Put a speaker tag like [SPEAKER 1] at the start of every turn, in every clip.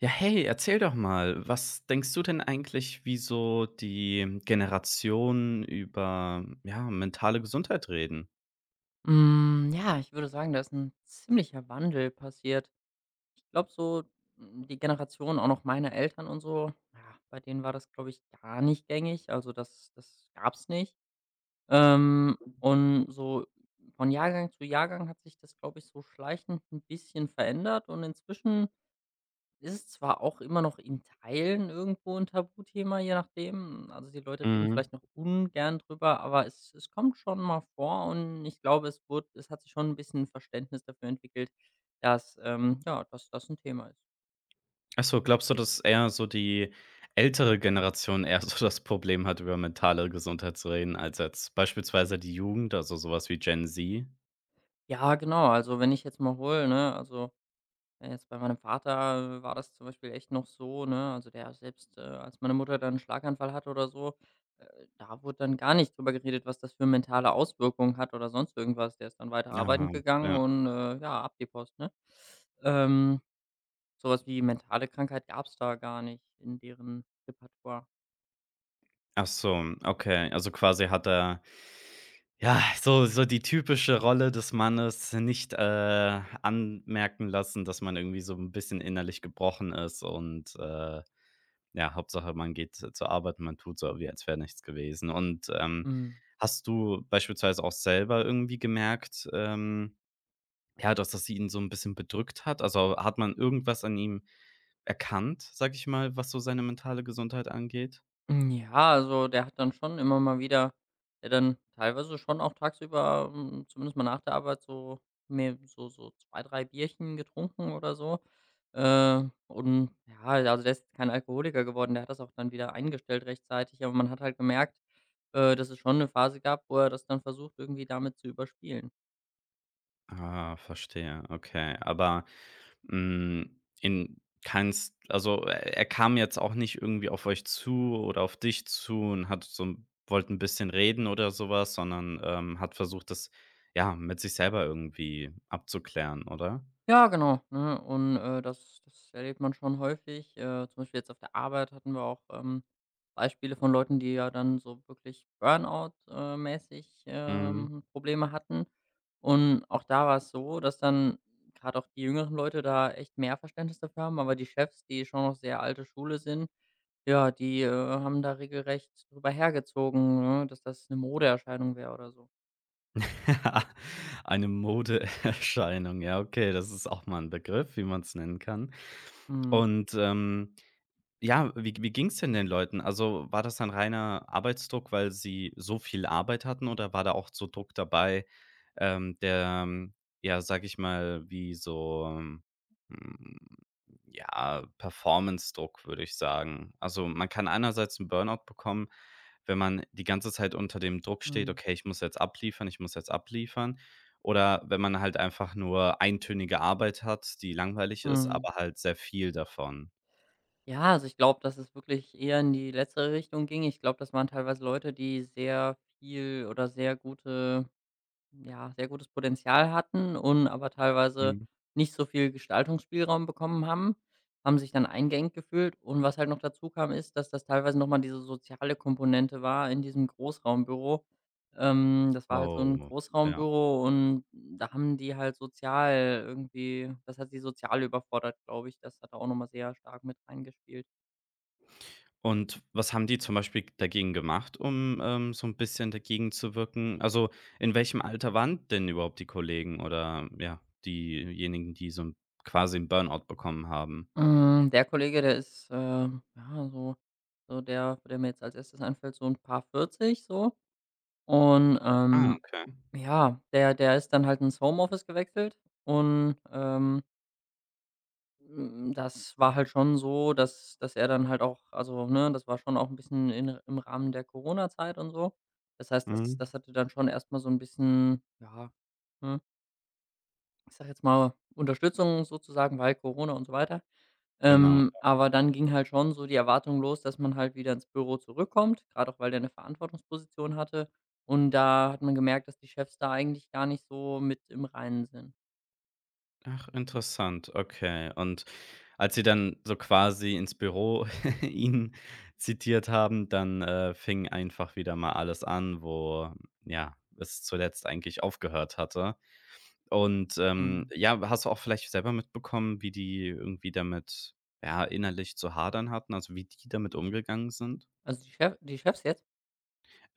[SPEAKER 1] Ja, hey, erzähl doch mal, was denkst du denn eigentlich, wie so die Generationen über, ja, mentale Gesundheit reden?
[SPEAKER 2] Ja, ich würde sagen, da ist 'n ziemlicher Wandel passiert. Ich glaube so, die Generation auch noch meine Eltern und so, ja, bei denen war das, glaube ich, gar nicht gängig. Also, das gab's nicht. Und so von Jahrgang zu Jahrgang hat sich das, glaube ich, so schleichend ein bisschen verändert und inzwischen ist zwar auch immer noch in Teilen irgendwo 'n Tabuthema, je nachdem. Also, die Leute reden
[SPEAKER 1] Mhm.
[SPEAKER 2] vielleicht noch ungern drüber, aber es kommt schon mal vor und ich glaube, es hat sich schon 'n bisschen Verständnis dafür entwickelt, dass, ja, dass das 'n Thema ist.
[SPEAKER 1] Ach so, glaubst du, dass eher so die ältere Generation eher so das Problem hat, über mentale Gesundheit zu reden, als jetzt beispielsweise die Jugend, also sowas wie Gen Z?
[SPEAKER 2] Ja, genau, also, wenn ich jetzt mal hole, ne, also ja, jetzt bei meinem Vater, war das zum Beispiel echt noch so, ne? Also, der selbst, als meine Mutter dann einen Schlaganfall hatte oder so, äh, da wurde dann gar nicht drüber geredet, was das für mentale Auswirkungen hat oder sonst irgendwas. Der ist dann weiter
[SPEAKER 1] Ja,
[SPEAKER 2] arbeiten gegangen
[SPEAKER 1] ja.
[SPEAKER 2] und, ja, ab die Post, ne? Ähm, so wie mentale Krankheit gab es da gar nicht in deren Repertoire.
[SPEAKER 1] Ach so, okay. Also quasi hat er, ja, so so die typische Rolle des Mannes nicht, anmerken lassen, dass man irgendwie so ein bisschen innerlich gebrochen ist und ja, Hauptsache man geht zur Arbeit, man tut so, wie als wäre nichts gewesen. Und
[SPEAKER 2] Mhm.
[SPEAKER 1] hast du beispielsweise auch selber irgendwie gemerkt, ja, dass das ihn so ein bisschen bedrückt hat? Also, hat man irgendwas an ihm erkannt, sage ich mal, was so seine mentale Gesundheit angeht?
[SPEAKER 2] Ja, also der hat dann schon immer mal wieder der dann teilweise schon auch tagsüber, zumindest mal nach der Arbeit so mehr so 2 3 Bierchen getrunken oder so. Und ja, also der ist kein Alkoholiker geworden, der hat das auch dann wieder eingestellt rechtzeitig, aber man hat halt gemerkt, dass es schon eine Phase gab, wo er das dann versucht, irgendwie damit zu überspielen.
[SPEAKER 1] Ah, verstehe, okay. Aber in keins, also, er kam jetzt auch nicht irgendwie auf euch zu oder auf dich zu und hat so 'n wollte ein bisschen reden oder sowas, sondern, hat versucht, das, ja, mit sich selber irgendwie abzuklären, oder?
[SPEAKER 2] Ja, genau, ne? Und, das erlebt man schon häufig. Zum Beispiel jetzt auf der Arbeit hatten wir auch, Beispiele von Leuten, die ja dann so wirklich Burnout mäßig,
[SPEAKER 1] Mhm.
[SPEAKER 2] Probleme hatten. Und auch da war es so, dass dann gerade auch die jüngeren Leute da echt mehr Verständnis dafür haben, aber die Chefs, die schon noch sehr alte Schule sind, ja, die, haben da regelrecht drüber hergezogen, ne, dass das eine Modeerscheinung wäre oder so.
[SPEAKER 1] Eine Modeerscheinung, ja, okay, das ist auch mal ein Begriff, wie man es nennen kann.
[SPEAKER 2] Mhm.
[SPEAKER 1] Und ja, wie ging's denn den Leuten? Also, war das dann reiner Arbeitsdruck, weil sie so viel Arbeit hatten, oder war da auch so Druck dabei, ähm, der, ähm, ja, sage ich mal, wie so, ja, Performance-Druck, würde ich sagen. Also, man kann einerseits 'n Burnout bekommen, wenn man die ganze Zeit unter dem Druck steht:
[SPEAKER 2] Mhm.
[SPEAKER 1] „Okay, ich muss jetzt abliefern, ich muss jetzt abliefern.“ Oder wenn man halt einfach nur eintönige Arbeit hat, die langweilig ist,
[SPEAKER 2] Mhm.
[SPEAKER 1] aber halt sehr viel davon.
[SPEAKER 2] Ja, also ich glaube, dass es wirklich eher in die letztere Richtung ging. Ich glaube, das waren teilweise Leute, die sehr viel oder sehr gute, ja, sehr gutes Potenzial hatten und aber teilweise nicht so viel Gestaltungsspielraum bekommen haben, haben sich dann eingeengt gefühlt. Und was halt noch dazu kam, ist, dass das teilweise nochmal diese soziale Komponente war in diesem Großraumbüro. Das war halt so ein
[SPEAKER 1] Oh, ja.
[SPEAKER 2] Großraumbüro und da haben die halt sozial irgendwie, das hat sie sozial überfordert, glaube ich. Das hat da auch nochmal sehr stark mit reingespielt.
[SPEAKER 1] Und was haben die zum Beispiel dagegen gemacht, um, so ein bisschen dagegen zu wirken? Also, in welchem Alter waren denn überhaupt die Kollegen oder, ja, diejenigen, die so 'n quasi einen Burnout bekommen haben?
[SPEAKER 2] Der Kollege, der ist, ja, so so der der mir jetzt als Erstes einfällt, so ein paar 40 so. Und,
[SPEAKER 1] Ah, okay.
[SPEAKER 2] ja, der ist dann halt ins Homeoffice gewechselt und, das war halt schon so, dass dass er dann halt auch also, ne, das war schon auch ein bisschen in im Rahmen der Corona-Zeit und so. Das heißt, das
[SPEAKER 1] Mhm,
[SPEAKER 2] das hatte dann schon erstmal so ein bisschen, ja, ne, ich sag jetzt mal, Unterstützung sozusagen, weil Corona und so weiter.
[SPEAKER 1] genau.
[SPEAKER 2] Aber dann ging halt schon so die Erwartung los, dass man halt wieder ins Büro zurückkommt, gerade auch, weil der eine Verantwortungsposition hatte. Und da hat man gemerkt, dass die Chefs da eigentlich gar nicht so mit im Reinen sind.
[SPEAKER 1] Ach, interessant, okay. Und als sie dann so quasi ins Büro ihn zitiert haben, dann, fing einfach wieder mal alles an, wo, ja, es zuletzt eigentlich aufgehört hatte. Und
[SPEAKER 2] Mhm.
[SPEAKER 1] ja, hast du auch vielleicht selber mitbekommen, wie die irgendwie damit, ja, innerlich zu hadern hatten, also wie die damit umgegangen sind?
[SPEAKER 2] Also, die Chefs jetzt?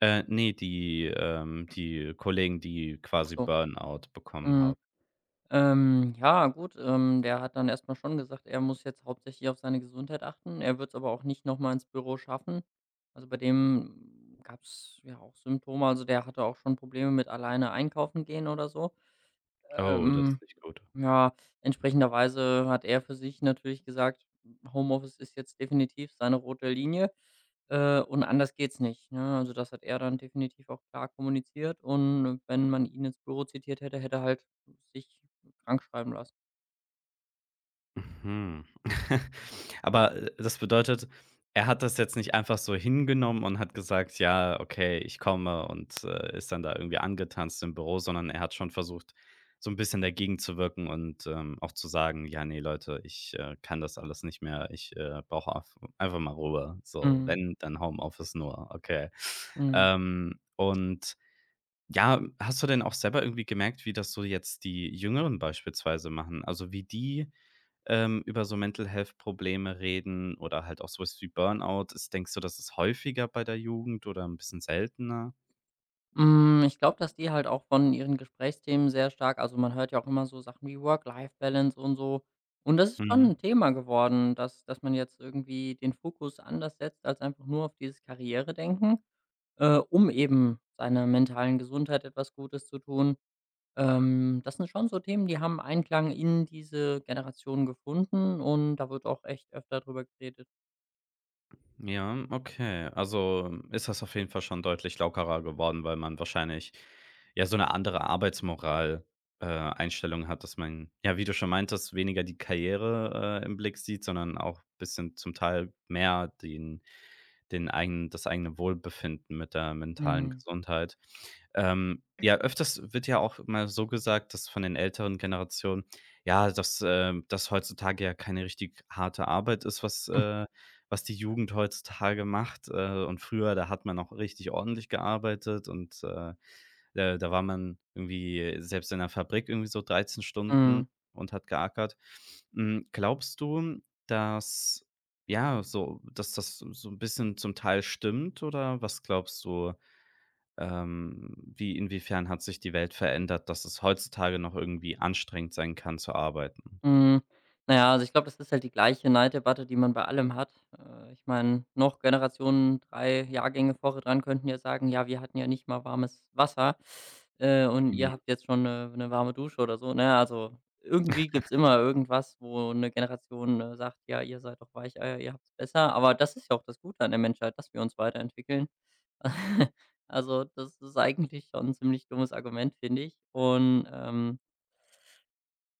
[SPEAKER 1] Ne, die, die Kollegen, die
[SPEAKER 2] Ach
[SPEAKER 1] quasi
[SPEAKER 2] so,
[SPEAKER 1] Burnout bekommen
[SPEAKER 2] mhm.
[SPEAKER 1] haben.
[SPEAKER 2] Ja gut, der hat dann erstmal schon gesagt, er muss jetzt hauptsächlich auf seine Gesundheit achten. Er wird's aber auch nicht noch mal ins Büro schaffen. Also, bei dem gab es ja auch Symptome. Also, der hatte auch schon Probleme mit alleine einkaufen gehen oder so.
[SPEAKER 1] Oh, das
[SPEAKER 2] Ähm
[SPEAKER 1] ist nicht gut.
[SPEAKER 2] Ja, entsprechenderweise hat er für sich natürlich gesagt, Homeoffice ist jetzt definitiv seine rote Linie, und anders geht's nicht, ne? Also, das hat er dann definitiv auch klar kommuniziert und wenn man ihn ins Büro zitiert hätte, hätte er halt sich krank schreiben lassen.
[SPEAKER 1] Mhm. Aber, das bedeutet, er hat das jetzt nicht einfach so hingenommen und hat gesagt: „Ja, okay, ich komme“, und, ist dann da irgendwie angetanzt im Büro, sondern er hat schon versucht, so ein bisschen dagegen zu wirken und, auch zu sagen: „Ja, ne, Leute, ich, kann das alles nicht mehr. Ich, brauche auf einfach mal Ruhe. So,
[SPEAKER 2] Mhm,
[SPEAKER 1] wenn, dann Homeoffice nur, okay.“
[SPEAKER 2] mhm.
[SPEAKER 1] Und ja, hast du denn auch selber irgendwie gemerkt, wie das so jetzt die Jüngeren beispielsweise machen? Also, wie die über so Mental Health Probleme reden oder halt auch so wie Burnout. Ist, denkst du, das ist häufiger bei der Jugend oder ein bisschen seltener?
[SPEAKER 2] Ich glaube, dass die halt auch von ihren Gesprächsthemen sehr stark also, man hört ja auch immer so Sachen wie Work-Life-Balance und so. Und das ist schon
[SPEAKER 1] Mhm.
[SPEAKER 2] ein Thema geworden, dass man jetzt irgendwie den Fokus anders setzt als einfach nur auf dieses Karrieredenken. Um eben seiner mentalen Gesundheit etwas Gutes zu tun. Das sind schon so Themen, die haben Einklang in diese Generation gefunden und da wird auch echt öfter drüber geredet.
[SPEAKER 1] Ja, okay. Also ist das auf jeden Fall schon deutlich lockerer geworden, weil man wahrscheinlich ja so eine andere Arbeitsmoral, Einstellung hat, dass man, ja, wie du schon meintest, weniger die Karriere, im Blick sieht, sondern auch ein bisschen zum Teil mehr den, den eigenen, das eigene Wohlbefinden mit der mentalen
[SPEAKER 2] Mhm.
[SPEAKER 1] Gesundheit. Ja, öfters wird ja auch mal so gesagt, dass von den älteren Generationen, ja, dass, das heutzutage ja keine richtig harte Arbeit ist, was, was die Jugend heutzutage macht. Und früher, da hat man auch richtig ordentlich gearbeitet und, da war man irgendwie selbst in der Fabrik irgendwie so 13 Stunden
[SPEAKER 2] Mhm.
[SPEAKER 1] und hat geackert. Glaubst du, dass, ja, so dass das so ein bisschen zum Teil stimmt, oder was glaubst du, wie inwiefern hat sich die Welt verändert, dass es heutzutage noch irgendwie anstrengend sein kann zu arbeiten?
[SPEAKER 2] Hm, na ja, also, ich glaube, das ist halt die gleiche Neiddebatte, die man bei allem hat. Ich meine, noch Generationen, 3 Jahrgänge vorher dran könnten ja sagen: „Ja, wir hatten ja nicht mal warmes Wasser, und
[SPEAKER 1] Ja.
[SPEAKER 2] ihr habt jetzt schon eine 'ne warme Dusche“ oder so, ne? Also, irgendwie gibt's immer irgendwas, wo eine Generation, sagt: „Ja, ihr seid doch Weicheier, ihr habt's besser.“ Aber das ist ja auch das Gute an der Menschheit, dass wir uns weiterentwickeln. Also, das ist eigentlich schon 'n ziemlich dummes Argument, finde ich. Und,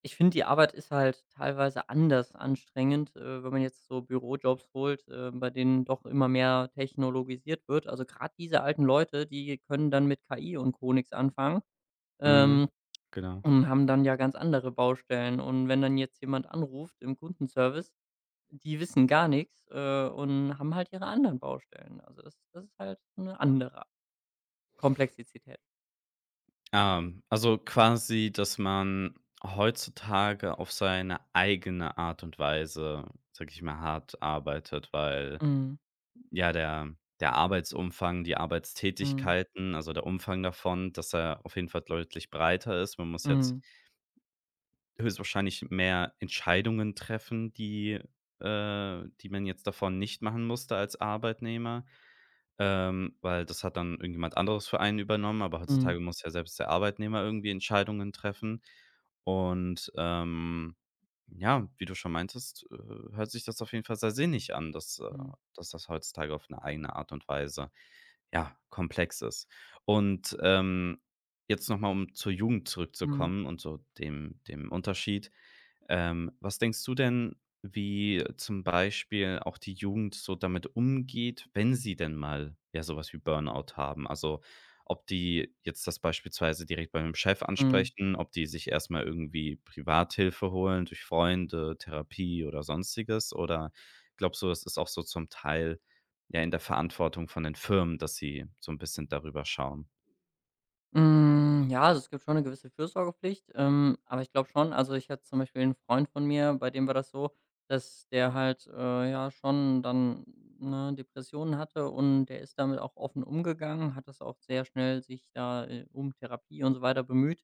[SPEAKER 2] ich finde, die Arbeit ist halt teilweise anders anstrengend, wenn man jetzt so Bürojobs holt, bei denen doch immer mehr technologisiert wird. Also gerade diese alten Leute, die können dann mit KI und Co. nix anfangen,
[SPEAKER 1] Mhm,
[SPEAKER 2] ähm,
[SPEAKER 1] genau.
[SPEAKER 2] und haben dann ja ganz andere Baustellen. Und wenn dann jetzt jemand anruft im Kundenservice, die wissen gar nichts und haben halt ihre anderen Baustellen. Also das ist halt eine andere Komplexität.
[SPEAKER 1] Also quasi, dass man heutzutage auf seine eigene Art und Weise, sage ich mal, hart arbeitet, weil
[SPEAKER 2] Mhm.
[SPEAKER 1] ja der der Arbeitsumfang, die
[SPEAKER 2] Mhm.
[SPEAKER 1] Arbeitstätigkeiten, also der Umfang davon, dass er auf jeden Fall deutlich breiter ist. Man muss jetzt
[SPEAKER 2] Mhm.
[SPEAKER 1] höchstwahrscheinlich mehr Entscheidungen treffen, die die man jetzt davon nicht machen musste als Arbeitnehmer. Weil das hat dann irgendjemand anderes für einen übernommen, aber
[SPEAKER 2] Mhm.
[SPEAKER 1] heutzutage muss ja selbst der Arbeitnehmer irgendwie Entscheidungen treffen. Und ja, wie du schon meintest, hört sich das auf jeden Fall sehr sinnig an, dass,
[SPEAKER 2] Mhm.
[SPEAKER 1] dass das heutzutage auf eine eigene Art und Weise, ja, komplex ist. Und jetzt nochmal, um zur Jugend
[SPEAKER 2] Mhm.
[SPEAKER 1] zurückzukommen und so dem dem Unterschied. Was denkst du denn, wie zum Beispiel auch die Jugend so damit umgeht, wenn sie denn mal, ja, sowas wie Burnout haben? Also, ob die jetzt das beispielsweise direkt bei 'nem Chef
[SPEAKER 2] Mhm.
[SPEAKER 1] ansprechen, ob die sich erst mal irgendwie Privathilfe holen durch Freunde, Therapie oder Sonstiges? Oder glaubst du, das ist auch so zum Teil, ja, in der Verantwortung von den Firmen, dass sie so ein bisschen darüber schauen?
[SPEAKER 2] Ja, also, es gibt schon eine gewisse Fürsorgepflicht, aber ich glaube schon also, ich hatte zum Beispiel einen Freund von mir, bei dem war das so, dass der halt, ja schon dann, ne, Depressionen hatte und der ist damit auch offen umgegangen, hat das auch sehr schnell sich da, um Therapie und so weiter bemüht.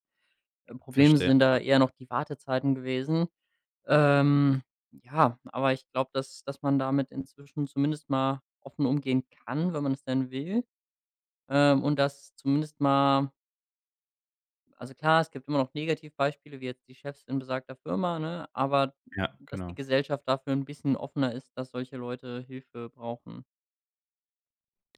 [SPEAKER 2] Problem
[SPEAKER 1] Verstehe.
[SPEAKER 2] sind da eher noch die Wartezeiten gewesen. Ähm, ja, aber ich glaube, dass man damit inzwischen zumindest mal offen umgehen kann, wenn man es denn will, und dass zumindest mal also klar, es gibt immer noch Negativbeispiele, wie jetzt die Chefs in besagter Firma, ne? Aber
[SPEAKER 1] Ja,
[SPEAKER 2] dass die
[SPEAKER 1] genau.
[SPEAKER 2] Gesellschaft dafür ein bisschen offener ist, dass solche Leute Hilfe brauchen.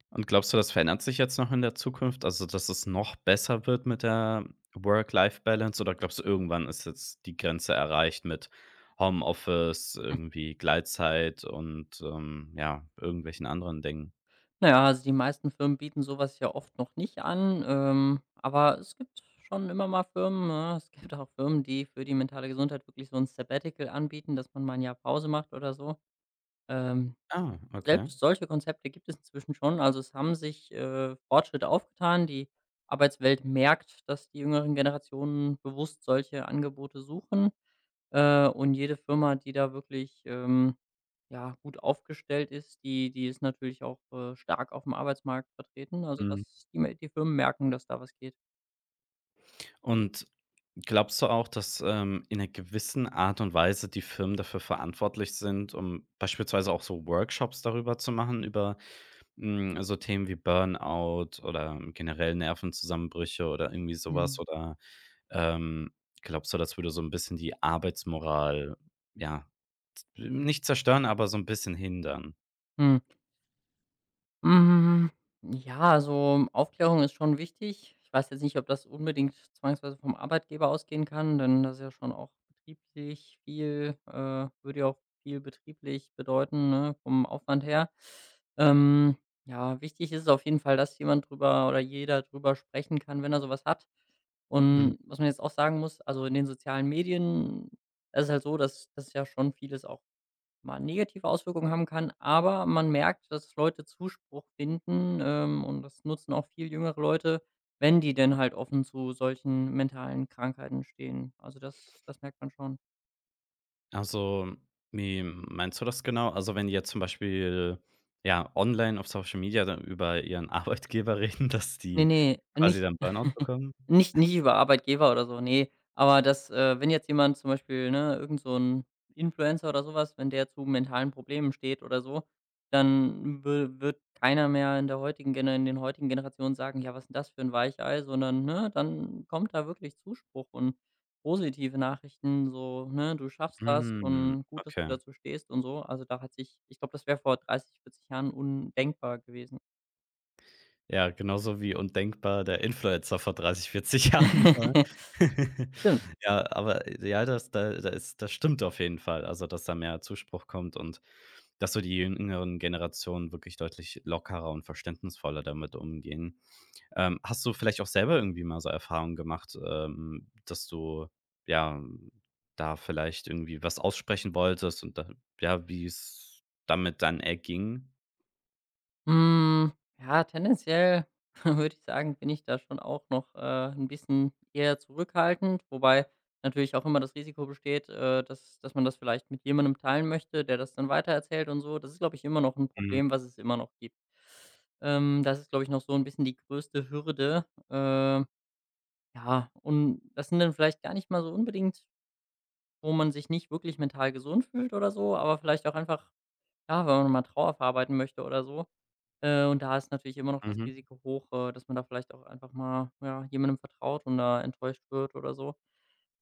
[SPEAKER 1] Und glaubst du, das verändert sich jetzt noch in der Zukunft? Also, dass es noch besser wird mit der Work-Life-Balance, oder glaubst du, irgendwann ist jetzt die Grenze erreicht mit Homeoffice, irgendwie Gleitzeit und, ja, irgendwelchen anderen Dingen?
[SPEAKER 2] Naja, also die meisten Firmen bieten sowas ja oft noch nicht an, aber es gibt schon immer mal Firmen, ne? Es gibt auch Firmen, die für die mentale Gesundheit wirklich so ein Sabbatical anbieten, dass man mal ein Jahr Pause macht oder so. Ähm.
[SPEAKER 1] Ah, okay.
[SPEAKER 2] Selbst solche Konzepte gibt es inzwischen schon. Also, es haben sich, Fortschritte aufgetan. Die Arbeitswelt merkt, dass die jüngeren Generationen bewusst solche Angebote suchen. Und jede Firma, die da wirklich, ja, gut aufgestellt ist, die ist natürlich auch, stark auf dem Arbeitsmarkt vertreten. Also,
[SPEAKER 1] Mhm.
[SPEAKER 2] dass die Firmen merken, dass da was geht.
[SPEAKER 1] Und glaubst du auch, dass, in einer gewissen Art und Weise die Firmen dafür verantwortlich sind, um beispielsweise auch so Workshops darüber zu machen, über, so Themen wie Burnout oder generell Nervenzusammenbrüche oder irgendwie sowas,
[SPEAKER 2] Mhm.
[SPEAKER 1] oder, ähm, glaubst du, das würde so ein bisschen die Arbeitsmoral, ja, nicht zerstören, aber so ein bisschen hindern?
[SPEAKER 2] Mhm. Hm, ja, also, Aufklärung ist schon wichtig. Ich weiß jetzt nicht, ob das unbedingt zwangsweise vom Arbeitgeber ausgehen kann, denn das ist ja schon auch betrieblich viel würde ja auch viel betrieblich bedeuten, ne, vom Aufwand her. Ähm, ja, wichtig ist es auf jeden Fall, dass jemand drüber oder jeder drüber sprechen kann, wenn er sowas hat.
[SPEAKER 1] Mhm.
[SPEAKER 2] Und was man jetzt auch sagen muss, also, in den sozialen Medien, da ist halt so, dass das ja schon vieles auch mal negative Auswirkungen haben kann, aber man merkt, dass Leute Zuspruch finden, und das nutzen auch viel jüngere Leute, wenn die denn halt offen zu solchen mentalen Krankheiten stehen. Also das merkt man schon.
[SPEAKER 1] Also, wie meinst du das genau? Also, wenn die jetzt zum Beispiel, ja, online auf Social Media dann über ihren Arbeitgeber reden, dass
[SPEAKER 2] Ne,
[SPEAKER 1] die
[SPEAKER 2] ne,
[SPEAKER 1] quasi
[SPEAKER 2] nicht
[SPEAKER 1] dann Burnout bekommen?
[SPEAKER 2] nicht über Arbeitgeber oder so, ne. Aber das, wenn jetzt jemand zum Beispiel, ne, irgend so 'n Influencer oder so was, wenn der zu mentalen Problemen steht oder so, dann wü wird keiner mehr in der heutigen Generationen sagen: „Ja, was ist 'n das für 'n Weichei“, sondern, ne, dann kommt da wirklich Zuspruch und positive Nachrichten, so, ne: „Du schaffst das
[SPEAKER 1] Hm,
[SPEAKER 2] und gut, dass du
[SPEAKER 1] okay.
[SPEAKER 2] dazu stehst“ und so. Also, da hat sich ich glaube, das wäre vor 30, 40 Jahren undenkbar gewesen.
[SPEAKER 1] Ja, genauso wie undenkbar der Influencer vor 30, 40 Jahren war.
[SPEAKER 2] Stimmt.
[SPEAKER 1] Ja, aber ja, das, da ist das, stimmt auf jeden Fall. Also, dass da mehr Zuspruch kommt und dass so die jüngeren Generationen wirklich deutlich lockerer und verständnisvoller damit umgehen. Hast du vielleicht auch selber irgendwie mal so Erfahrungen gemacht, dass du, ja, da vielleicht irgendwie was aussprechen wolltest und da, ja, wie es damit dann erging?
[SPEAKER 2] Hm, ja, tendenziell würde ich sagen, bin ich da schon auch noch, 'n bisschen eher zurückhaltend, wobei natürlich auch immer das Risiko besteht, dass dass man das vielleicht mit jemandem teilen möchte, der das dann weitererzählt und so. Das ist, glaube ich, immer noch ein
[SPEAKER 1] Mhm,
[SPEAKER 2] Problem, was es immer noch gibt. Das ist, glaube ich, noch so ein bisschen die größte Hürde. Äh, ja, und das sind dann vielleicht gar nicht mal so unbedingt, wo man sich nicht wirklich mental gesund fühlt oder so, aber vielleicht auch einfach, ja, wenn man mal Trauer verarbeiten möchte oder so. Und da ist natürlich immer noch das
[SPEAKER 1] mhm,
[SPEAKER 2] Risiko hoch, dass man da vielleicht auch einfach mal, ja, jemandem vertraut und da enttäuscht wird oder so.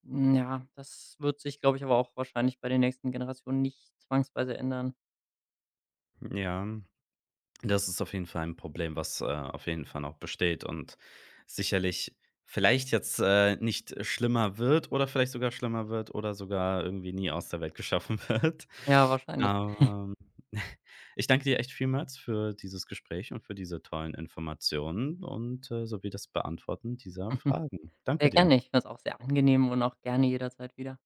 [SPEAKER 2] Ja, das wird sich, glaube ich, aber auch wahrscheinlich bei den nächsten Generationen nicht zwangsweise ändern.
[SPEAKER 1] ja. Das ist auf jeden Fall ein Problem, was, auf jeden Fall noch besteht und sicherlich vielleicht jetzt, nicht schlimmer wird oder vielleicht sogar schlimmer wird oder sogar irgendwie nie aus der Welt geschaffen wird.
[SPEAKER 2] Ja, wahrscheinlich.
[SPEAKER 1] Aber ich danke dir echt vielmals für dieses Gespräch und für diese tollen Informationen und, sowie das Beantworten dieser Fragen. Danke
[SPEAKER 2] Sehr
[SPEAKER 1] dir.
[SPEAKER 2] gerne. Ich fand's auch sehr angenehm und auch gerne jederzeit wieder.